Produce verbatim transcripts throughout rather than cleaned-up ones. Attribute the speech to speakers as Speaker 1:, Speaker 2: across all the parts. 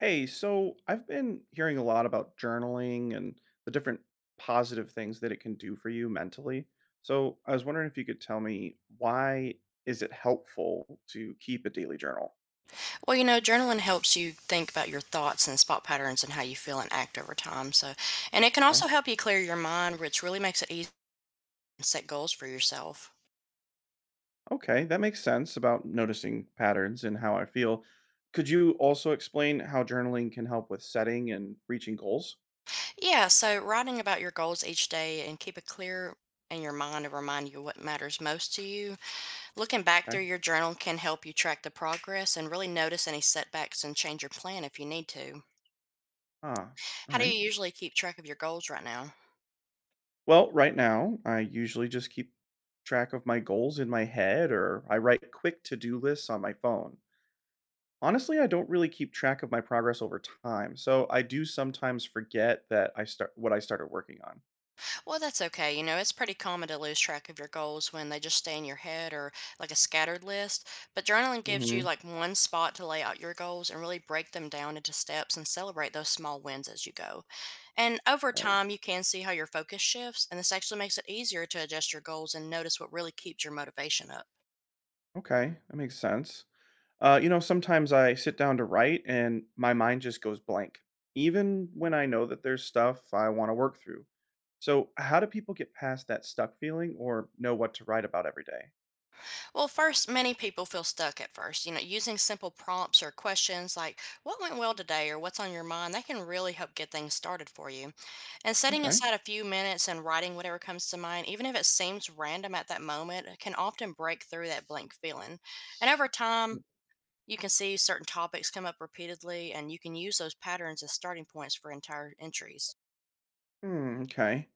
Speaker 1: Hey, so I've been hearing a lot about journaling and the different positive things that it can do for you mentally. So I was wondering, if you could tell me why is it helpful to keep a daily journal?
Speaker 2: Well, you know, journaling helps you think about your thoughts and spot patterns and how you feel and act over time. So, and it can
Speaker 1: Okay.
Speaker 2: also help you clear your mind, which really makes it easy to set goals for yourself.
Speaker 1: Okay, that makes sense about noticing patterns and how I feel. Could you also explain how journaling can help with setting and reaching goals?
Speaker 2: Yeah, so writing about your goals each day and keep it clear in your mind to remind you what matters most to you. Looking back
Speaker 1: Okay.
Speaker 2: through your journal can help you track the progress and really notice any setbacks and change your plan if you need to.
Speaker 1: Ah, all
Speaker 2: How do
Speaker 1: right.
Speaker 2: you usually keep track of your goals right now?
Speaker 1: Well, right now, I usually just keep track of my goals in my head, or I write quick to-do lists on my phone. Honestly, I don't really keep track of my progress over time, so I do sometimes forget that I start what I started working on.
Speaker 2: Well, that's okay. You know, it's pretty common to lose track of your goals when they just stay in your head or like a scattered list. But journaling gives you
Speaker 1: Hmm.
Speaker 2: like one spot to lay out your goals and really break them down into steps and celebrate those small wins as you go. And over
Speaker 1: Right.
Speaker 2: time, you can see how your focus shifts, and this actually makes it easier to adjust your goals and notice what really keeps your motivation up.
Speaker 1: Okay, that makes sense. Uh, you know, sometimes I sit down to write and my mind just goes blank, even when I know that there's stuff I want to work through. So, how do people get past that stuck feeling or know what to write about every day?
Speaker 2: Well, first, many people feel stuck at first. You know, using simple prompts or questions like, what went well today or what's on your mind, that can really help get things started for you. And setting
Speaker 1: Okay.
Speaker 2: aside a few minutes and writing whatever comes to mind, even if it seems random at that moment, uh, can often break through that blank feeling. And over time, you can see certain topics come up repeatedly, and you can use those patterns as starting points for entire entries.
Speaker 1: Hmm, okay.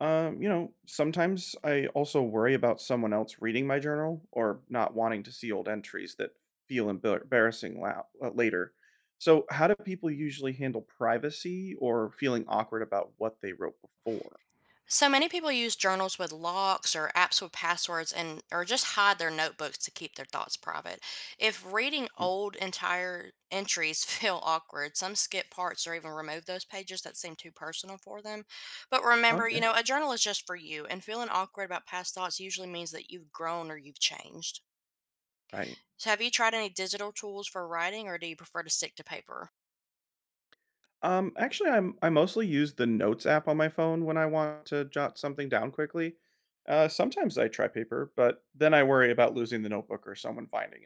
Speaker 1: Um, you know, sometimes I also worry about someone else reading my journal or not wanting to see old entries that feel embar- embarrassing la- uh, later. So, how do people usually handle privacy or feeling awkward about what they wrote before?
Speaker 2: So many people use journals with locks or apps with passwords and or just hide their notebooks to keep their thoughts private. If reading
Speaker 1: Mm,
Speaker 2: old entire entries feel awkward, some skip parts or even remove those pages that seem too personal for them. But remember, you
Speaker 1: okay,
Speaker 2: know, a journal is just for you and feeling awkward about past thoughts usually means that you've grown or you've changed.
Speaker 1: right.
Speaker 2: So have you tried any digital tools for writing or do you prefer to stick to paper?
Speaker 1: Um, actually, I'm I mostly use the Notes app on my phone when I want to jot something down quickly. Uh, sometimes I try paper, but then I worry about losing the notebook or someone finding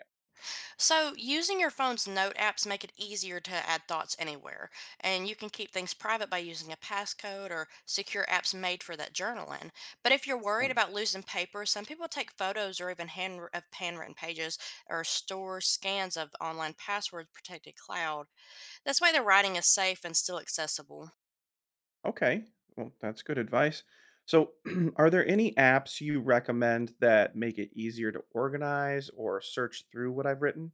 Speaker 2: So, using your phone's note apps make it easier to add thoughts anywhere, and you can keep things private by using a passcode or secure apps made for that journaling. But if you're worried
Speaker 1: it.
Speaker 2: about losing paper, some people take photos or even hand of handwritten pages or store scans of online passwords protected cloud. This way, the writing is safe and still accessible.
Speaker 1: Okay. Well, that's good advice. So, are there any apps you recommend that make it easier to organize or search through what I've written?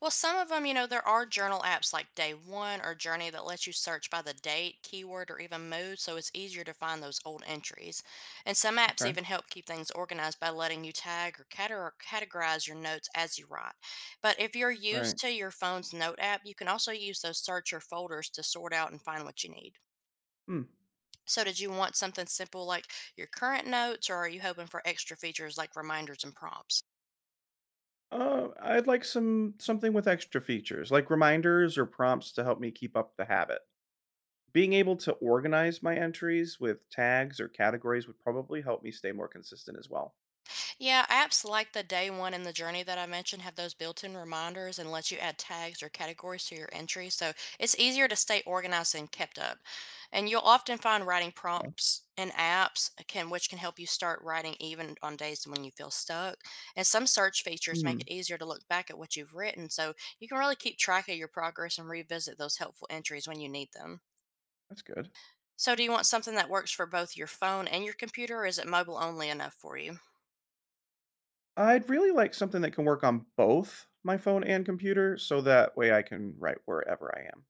Speaker 2: Well, some of them, you know, there are journal apps like Day One or Journey that lets you search by the date, keyword, or even mood, so it's easier to find those old entries. And some apps
Speaker 1: Okay.
Speaker 2: even help keep things organized by letting you tag or cate- categorize your notes as you write. But if you're used
Speaker 1: Right.
Speaker 2: to your phone's note app, you can also use those search or folders to sort out and find what you need.
Speaker 1: Hmm.
Speaker 2: So, did you want something simple like your current notes, or are you hoping for extra features like reminders and prompts?
Speaker 1: Uh, I'd like some something with extra features, like reminders or prompts to help me keep up the habit. Being able to organize my entries with tags or categories would probably help me stay more consistent as well.
Speaker 2: Yeah, apps like the Day One and the Journey that I mentioned have those built-in reminders and let you add tags or categories to your entries, so it's easier to stay organized and kept up. And you'll often find writing
Speaker 1: Okay.
Speaker 2: prompts in apps can which can help you start writing even on days when you feel stuck. And some search features make
Speaker 1: Hmm.
Speaker 2: it easier to look back at what you've written, so you can really keep track of your progress and revisit those helpful entries when you need them.
Speaker 1: That's good.
Speaker 2: So do you want something that works for both your phone and your computer, or is it mobile only enough for you?
Speaker 1: I'd really like something that can work on both my phone and computer, so that way I can write wherever I am.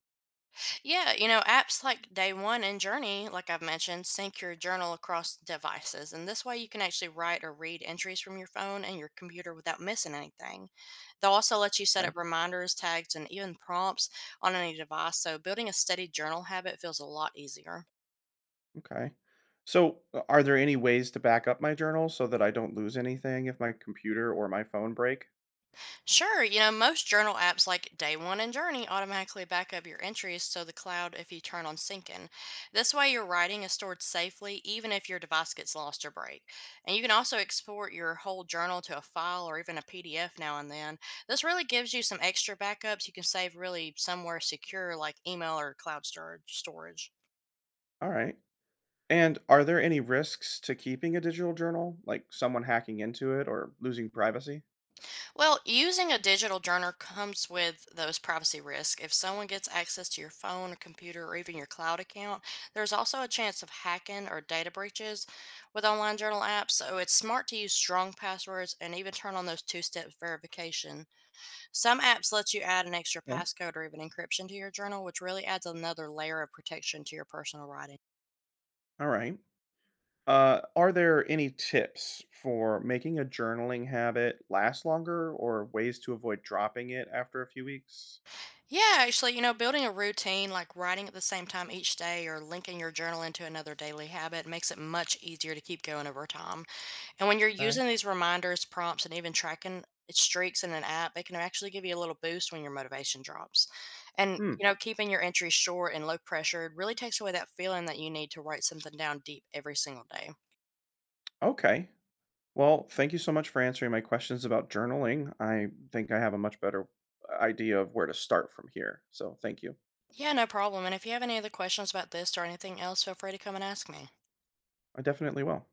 Speaker 2: Yeah, you know, apps like Day One and Journey, like I've mentioned, sync your journal across devices. And this way you can actually write or read entries from your phone and your computer without missing anything. They'll also let you set
Speaker 1: Okay.
Speaker 2: up reminders, tags, and even prompts on any device. So building a steady journal habit feels a lot easier.
Speaker 1: Okay. So, uh, are there any ways to back up my journal so that I don't lose anything if my computer or my phone break?
Speaker 2: Sure, you know, most journal apps like Day One and Journey automatically back up your entries to the cloud if you turn on syncing. This way, your writing is stored safely even if your device gets lost or break. And you can also export your whole journal to a file or even a P D F now and then. This really gives you some extra backups you can save really somewhere secure like email or cloud storage. storage.
Speaker 1: All right. And are there any risks to keeping a digital journal, like someone hacking into it or losing privacy?
Speaker 2: Well, using a digital journal comes with those privacy risks. If someone gets access to your phone, or computer, or even your cloud account, there's also a chance of hacking or data breaches with online journal apps. So it's smart to use strong passwords and even turn on those two-step verification. Some apps let you add an extra
Speaker 1: Okay.
Speaker 2: passcode or even encryption to your journal, which really adds another layer of protection to your personal writing.
Speaker 1: All right. Uh, are there any tips for making a journaling habit last longer or ways to avoid dropping it after a few weeks?
Speaker 2: Yeah, actually, you know, building a routine like writing at the same time each day or linking your journal into another daily habit makes it much easier to keep going over time. And when you're
Speaker 1: Okay.
Speaker 2: using these reminders, prompts, and even tracking its streaks in an app, it can actually give you a little boost when your motivation drops. And,
Speaker 1: Hmm.
Speaker 2: you know, keeping your entries short and low pressured really takes away that feeling that you need to write something down deep every single day.
Speaker 1: Okay. Well, thank you so much for answering my questions about journaling. I think I have a much better idea of where to start from here. So, thank you.
Speaker 2: Yeah, no problem. And if you have any other questions about this or anything else, feel free to come and ask me.
Speaker 1: I definitely will.